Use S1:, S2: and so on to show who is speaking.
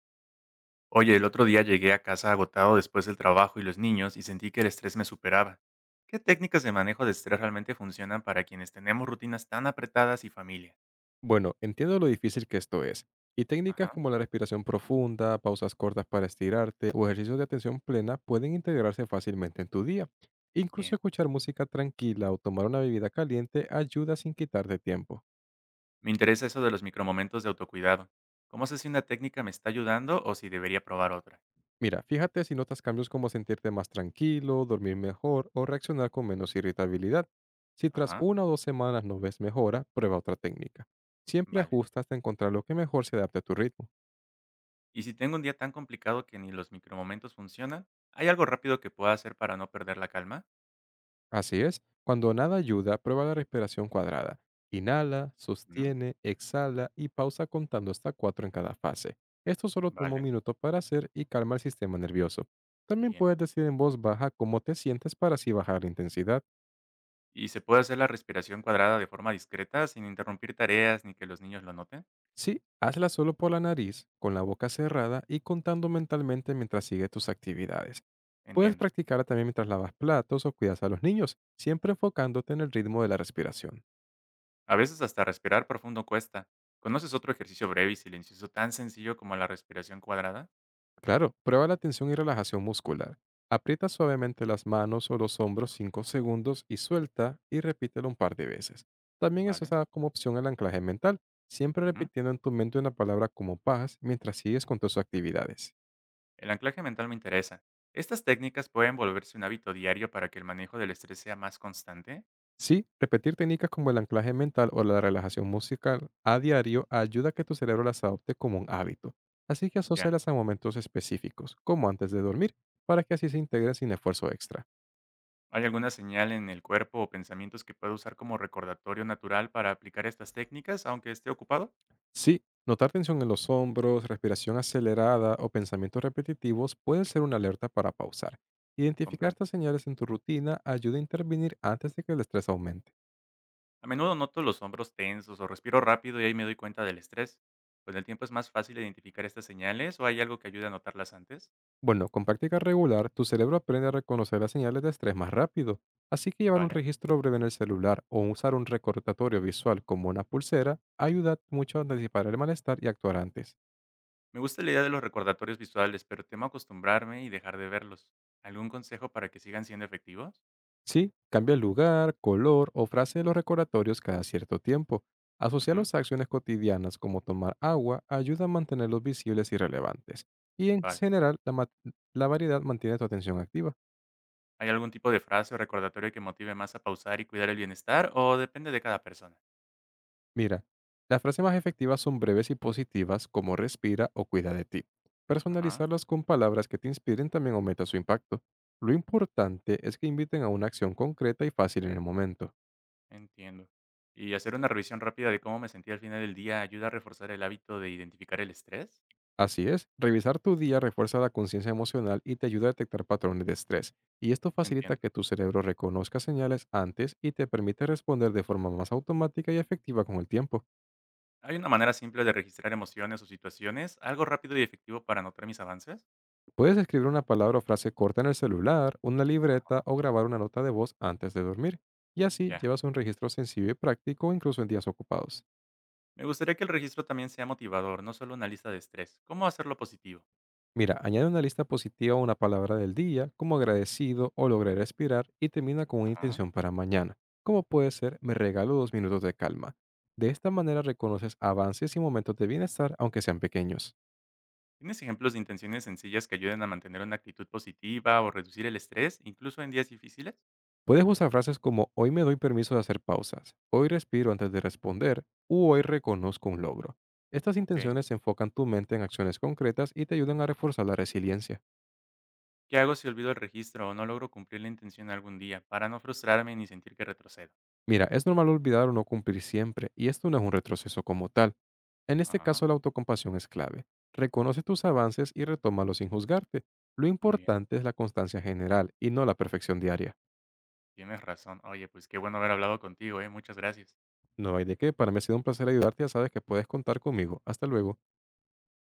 S1: Oye, el otro día llegué a casa agotado después del trabajo y los niños y sentí que el estrés me superaba. ¿Qué técnicas de manejo de estrés realmente funcionan para quienes tenemos rutinas tan apretadas y familia?
S2: Bueno, entiendo lo difícil que esto es. Y técnicas
S1: Ajá,
S2: como la respiración profunda, pausas cortas para estirarte o ejercicios de atención plena pueden integrarse fácilmente en tu día. Incluso
S1: bien.
S2: escuchar música tranquila o tomar una bebida caliente ayuda sin quitarte tiempo.
S1: Me interesa eso de los micromomentos de autocuidado. ¿Cómo sé si una técnica me está ayudando o si debería probar otra?
S2: Mira, fíjate si notas cambios como sentirte más tranquilo, dormir mejor o reaccionar con menos irritabilidad. Si tras
S1: Ajá,
S2: 1 o 2 semanas no ves mejora, prueba otra técnica. Siempre
S1: vale.
S2: ajusta hasta encontrar lo que mejor se adapte a tu ritmo.
S1: Y si tengo un día tan complicado que ni los micromomentos funcionan, ¿hay algo rápido que pueda hacer para no perder la calma?
S2: Así es, cuando nada ayuda, prueba la respiración cuadrada. Inhala,
S1: Mm.
S2: sostiene, exhala y pausa contando hasta cuatro en cada fase. Esto solo toma un
S1: Vale,
S2: minuto para hacer y calma el sistema nervioso. También
S1: bien.
S2: puedes decir en voz baja cómo te sientes para así bajar la intensidad.
S1: ¿Y se puede hacer la respiración cuadrada de forma discreta sin interrumpir tareas ni que los niños lo noten?
S2: Sí, hazla solo por la nariz, con la boca cerrada y contando mentalmente mientras sigue tus actividades. Puedes
S1: Entiendo.
S2: practicarla también mientras lavas platos o cuidas a los niños, siempre enfocándote en el ritmo de la respiración.
S1: A veces hasta respirar profundo cuesta. ¿Conoces otro ejercicio breve y silencioso tan sencillo como la respiración cuadrada?
S2: Claro, prueba la tensión y relajación muscular. Aprieta suavemente las manos o los hombros 5 segundos y suelta y repítelo un par de veces. También eso
S1: Vale.
S2: está como opción el anclaje mental, siempre
S1: Ujú.
S2: repitiendo en tu mente una palabra como paz mientras sigues con tus actividades.
S1: El anclaje mental me interesa. ¿Estas técnicas pueden volverse un hábito diario para que el manejo del estrés sea más constante?
S2: Sí, repetir técnicas como el anclaje mental o la relajación musical a diario ayuda a que tu cerebro las adopte como un hábito. Así que
S1: Ya.
S2: asócialas a momentos específicos, como antes de dormir, para que así se integren sin esfuerzo extra.
S1: ¿Hay alguna señal en el cuerpo o pensamientos que pueda usar como recordatorio natural para aplicar estas técnicas aunque esté ocupado?
S2: Sí, notar tensión en los hombros, respiración acelerada o pensamientos repetitivos puede ser una alerta para pausar. Identificar
S1: Comprendo.
S2: estas señales en tu rutina ayuda a intervenir antes de que el estrés aumente.
S1: A menudo noto los hombros tensos o respiro rápido y ahí me doy cuenta del estrés. Con el tiempo es más fácil identificar estas señales o hay algo que ayude a notarlas antes.
S2: Bueno, con práctica regular, tu cerebro aprende a reconocer las señales de estrés más rápido, así que llevar un
S1: Vale.
S2: registro breve en el celular o usar un recordatorio visual como una pulsera ayuda mucho a anticipar el malestar y actuar antes.
S1: Me gusta la idea de los recordatorios visuales, pero temo acostumbrarme y dejar de verlos. ¿Algún consejo para que sigan siendo efectivos?
S2: Sí, cambia el lugar, color o frase de los recordatorios cada cierto tiempo.
S1: Ujú.
S2: Asociarlos a acciones cotidianas como tomar agua ayuda a mantenerlos visibles y relevantes. Y en
S1: Vale.
S2: general, la variedad mantiene tu atención activa.
S1: ¿Hay algún tipo de frase o recordatorio que motive más a pausar y cuidar el bienestar o depende de cada persona?
S2: Mira, las frases más efectivas son breves y positivas como respira o cuida de ti.
S1: Ajá,
S2: Personalizarlas con palabras que te inspiren también aumenta su impacto. Lo importante es que inviten a una acción concreta y fácil en el momento.
S1: entiendo. ¿Y hacer una revisión rápida de cómo me sentí al final del día ayuda a reforzar el hábito de identificar el estrés?
S2: Así es, revisar tu día refuerza la conciencia emocional y te ayuda a detectar patrones de estrés, y esto facilita
S1: Entiendo.
S2: que tu cerebro reconozca señales antes y te permite responder de forma más automática y efectiva con el tiempo.
S1: ¿Hay una manera simple de registrar emociones o situaciones? ¿Algo rápido y efectivo para anotar mis avances?
S2: Puedes escribir una palabra o frase corta en el celular, una
S1: Ah,
S2: libreta o grabar una nota de voz antes de dormir, y así
S1: ya.
S2: llevas un registro sencillo y práctico incluso en días ocupados.
S1: Me gustaría que el registro también sea motivador, no solo una lista de estrés. ¿Cómo hacerlo positivo?
S2: Mira, añade una lista positiva o una palabra del día, como agradecido o logré respirar, y termina con una
S1: Ah.
S2: intención para mañana, como puede ser me regalo 2 minutos de calma. De esta manera reconoces avances y momentos de bienestar, aunque sean pequeños.
S1: ¿Tienes ejemplos de intenciones sencillas que ayuden a mantener una actitud positiva o reducir el estrés, incluso en días difíciles?
S2: Puedes usar frases como hoy me doy permiso de hacer pausas, hoy respiro antes de responder, u hoy reconozco un logro. Estas
S1: Ok.
S2: intenciones enfocan tu mente en acciones concretas y te ayudan a reforzar la resiliencia.
S1: ¿Qué hago si olvido el registro o no logro cumplir la intención algún día para no frustrarme ni sentir que retrocedo?
S2: Mira, es normal olvidar o no cumplir siempre, y esto no es un retroceso como tal. En este
S1: Ajá,
S2: caso, la autocompasión es clave. Reconoce tus avances y retómalos sin juzgarte. Lo
S1: muy bien.
S2: importante es la constancia general y no la perfección diaria.
S1: Tienes razón. Oye, pues qué bueno haber hablado contigo, ¿eh? Muchas gracias.
S2: No hay de qué, para mí ha sido un placer ayudarte, ya sabes que puedes contar conmigo. Hasta luego.